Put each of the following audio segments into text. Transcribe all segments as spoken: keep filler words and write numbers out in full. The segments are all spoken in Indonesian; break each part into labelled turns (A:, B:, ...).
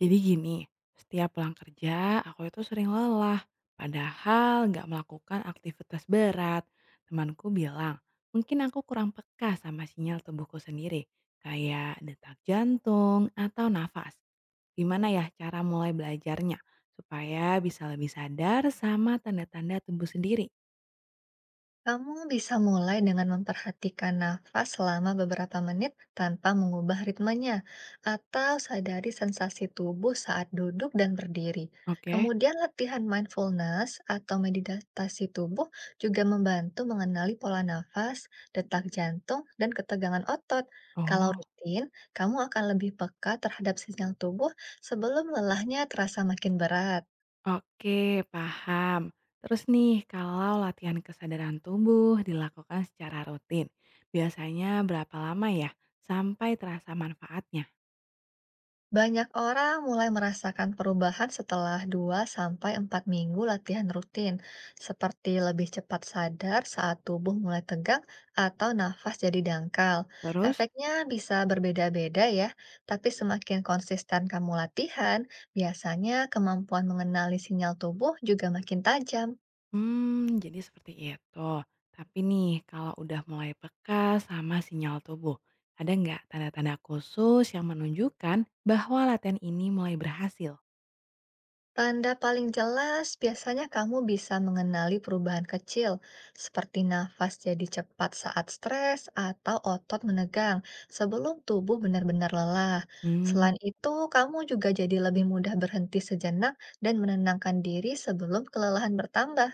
A: Jadi gini, setiap pulang kerja aku itu sering lelah, padahal nggak melakukan aktivitas berat. Temanku bilang, mungkin aku kurang peka sama sinyal tubuhku sendiri, kayak detak jantung atau nafas. Gimana ya cara mulai belajarnya, supaya bisa lebih sadar sama tanda-tanda tubuh sendiri?
B: Kamu bisa mulai dengan memperhatikan nafas selama beberapa menit tanpa mengubah ritmenya, atau sadari sensasi tubuh saat duduk dan berdiri.
A: Oke,
B: Kemudian latihan mindfulness atau meditasi tubuh juga membantu mengenali pola nafas, detak jantung, dan ketegangan otot. Kalau
A: oh.
B: rutin, kamu akan lebih peka terhadap sinyal tubuh sebelum lelahnya terasa makin berat.
A: Oke, paham. Terus nih, kalau latihan kesadaran tubuh dilakukan secara rutin, biasanya berapa lama ya sampai terasa manfaatnya?
B: Banyak orang mulai merasakan perubahan setelah dua sampai empat minggu latihan rutin, seperti lebih cepat sadar saat tubuh mulai tegang atau nafas jadi dangkal.
A: Terus,
B: Efeknya bisa berbeda-beda ya, tapi semakin konsisten kamu latihan, biasanya kemampuan mengenali sinyal tubuh juga makin tajam.
A: hmm, jadi seperti itu. Tapi nih, kalau udah mulai peka sama sinyal tubuh, ada nggak tanda-tanda khusus yang menunjukkan bahwa latihan ini mulai berhasil?
B: Tanda paling jelas biasanya kamu bisa mengenali perubahan kecil, seperti nafas jadi cepat saat stres atau otot menegang sebelum tubuh benar-benar lelah.
A: Hmm.
B: Selain itu, kamu juga jadi lebih mudah berhenti sejenak dan menenangkan diri sebelum kelelahan bertambah.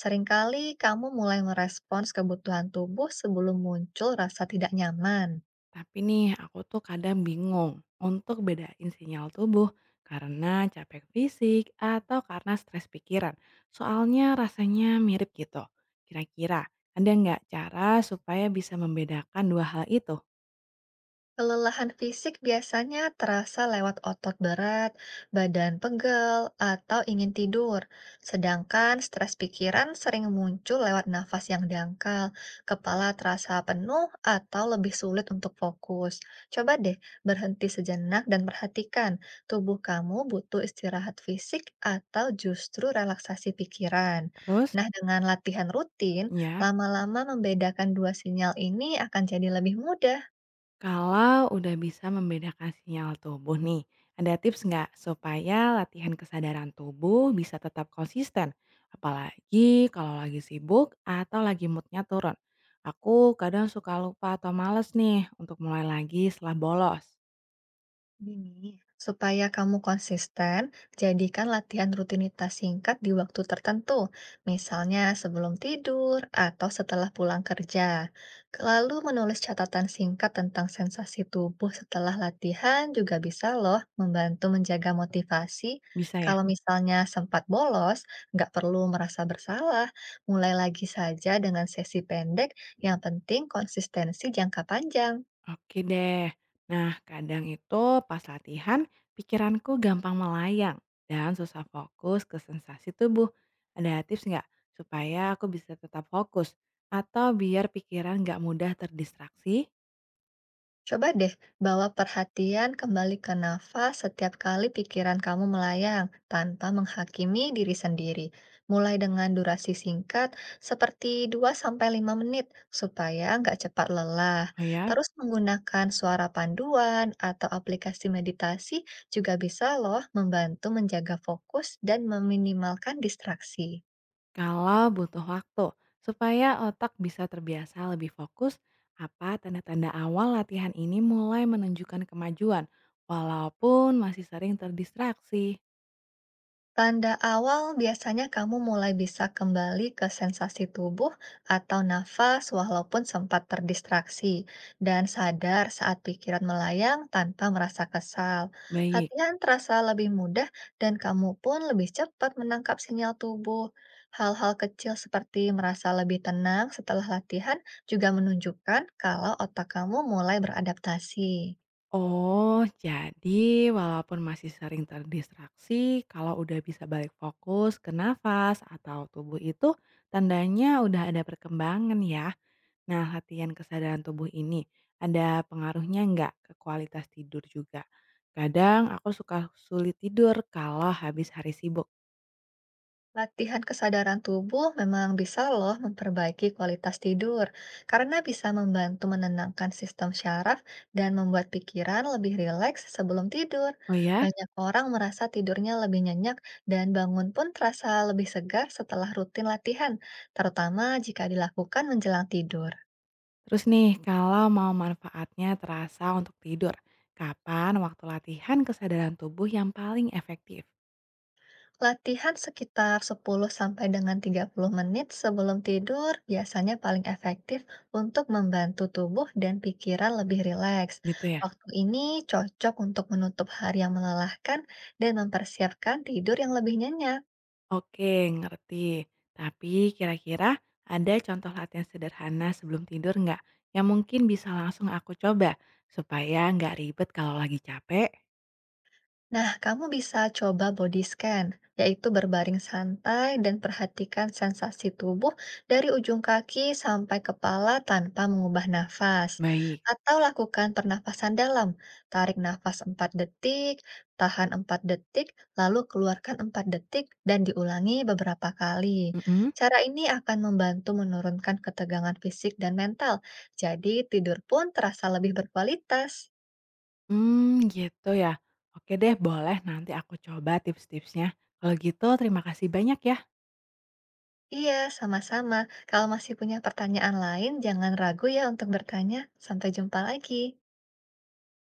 B: Seringkali kamu mulai merespons kebutuhan tubuh sebelum muncul rasa tidak nyaman.
A: Tapi nih, aku tuh kadang bingung untuk bedain sinyal tubuh karena capek fisik atau karena stres pikiran. Soalnya rasanya mirip gitu. Kira-kira ada nggak cara supaya bisa membedakan dua hal itu?
B: Kelelahan fisik biasanya terasa lewat otot berat, badan pegel, atau ingin tidur. Sedangkan stres pikiran sering muncul lewat nafas yang dangkal, kepala terasa penuh, atau lebih sulit untuk fokus. Coba deh berhenti sejenak dan perhatikan, tubuh kamu butuh istirahat fisik atau justru relaksasi pikiran.
A: Terus,
B: Nah, dengan latihan rutin,
A: ya.
B: lama-lama membedakan dua sinyal ini akan jadi lebih mudah.
A: Kalau udah bisa membedakan sinyal tubuh nih, ada tips nggak supaya latihan kesadaran tubuh bisa tetap konsisten? Apalagi kalau lagi sibuk atau lagi moodnya turun. Aku kadang suka lupa atau males nih untuk mulai lagi setelah bolos.
B: Gini, supaya kamu konsisten, jadikan latihan rutinitas singkat di waktu tertentu, misalnya sebelum tidur atau setelah pulang kerja. Lalu menulis catatan singkat tentang sensasi tubuh setelah latihan juga bisa loh membantu menjaga motivasi.
A: Bisa ya?
B: Kalau misalnya sempat bolos, nggak perlu merasa bersalah, mulai lagi saja dengan sesi pendek, yang penting konsistensi jangka panjang.
A: Oke deh. Nah, kadang itu pas latihan, pikiranku gampang melayang dan susah fokus ke sensasi tubuh. Ada tips nggak supaya aku bisa tetap fokus atau biar pikiran nggak mudah terdistraksi?
B: Coba deh bawa perhatian kembali ke nafas setiap kali pikiran kamu melayang tanpa menghakimi diri sendiri. Mulai dengan durasi singkat seperti dua sampai lima menit supaya nggak cepat lelah.
A: Oh ya,
B: Terus menggunakan suara panduan atau aplikasi meditasi juga bisa loh membantu menjaga fokus dan meminimalkan distraksi.
A: kalau butuh waktu supaya otak bisa terbiasa lebih fokus, apa tanda-tanda awal latihan ini mulai menunjukkan kemajuan walaupun masih sering terdistraksi?
B: Tanda awal biasanya kamu mulai bisa kembali ke sensasi tubuh atau nafas walaupun sempat terdistraksi, dan sadar saat pikiran melayang tanpa merasa kesal.
A: Baik.
B: Latihan terasa lebih mudah dan kamu pun lebih cepat menangkap sinyal tubuh. Hal-hal kecil seperti merasa lebih tenang setelah latihan juga menunjukkan kalau otak kamu mulai beradaptasi.
A: Oh, jadi walaupun masih sering terdistraksi, kalau udah bisa balik fokus ke nafas atau tubuh itu, tandanya udah ada perkembangan ya. Nah, latihan kesadaran tubuh ini ada pengaruhnya nggak ke kualitas tidur juga? Kadang aku suka sulit tidur kalau habis hari sibuk.
B: Latihan kesadaran tubuh memang bisa loh memperbaiki kualitas tidur, karena bisa membantu menenangkan sistem syaraf dan membuat pikiran lebih rileks sebelum tidur.
A: Oh ya,
B: Banyak orang merasa tidurnya lebih nyenyak dan bangun pun terasa lebih segar setelah rutin latihan, terutama jika dilakukan menjelang tidur.
A: terus nih kalau mau manfaatnya terasa untuk tidur, kapan waktu latihan kesadaran tubuh yang paling efektif?
B: Latihan sekitar sepuluh sampai dengan tiga puluh menit sebelum tidur biasanya paling efektif untuk membantu tubuh dan pikiran lebih rileks.
A: Gitu ya.
B: Waktu ini cocok untuk menutup hari yang melelahkan dan mempersiapkan tidur yang lebih nyenyak.
A: Oke, ngerti. Tapi kira-kira ada contoh latihan sederhana sebelum tidur nggak? Yang mungkin bisa langsung aku coba supaya nggak ribet kalau lagi capek.
B: Nah, kamu bisa coba body scan, yaitu berbaring santai dan perhatikan sensasi tubuh dari ujung kaki sampai kepala tanpa mengubah nafas.
A: Baik,
B: Atau lakukan pernafasan dalam, tarik nafas empat detik, tahan empat detik, lalu keluarkan empat detik dan diulangi beberapa kali.
A: mm
B: Cara ini akan membantu menurunkan ketegangan fisik dan mental, jadi tidur pun terasa lebih berkualitas.
A: hmm, gitu ya. Oke deh, boleh nanti aku coba tips-tipsnya. Kalau gitu, terima kasih banyak ya.
B: Iya, sama-sama. Kalau masih punya pertanyaan lain, jangan ragu ya untuk bertanya. Sampai jumpa lagi.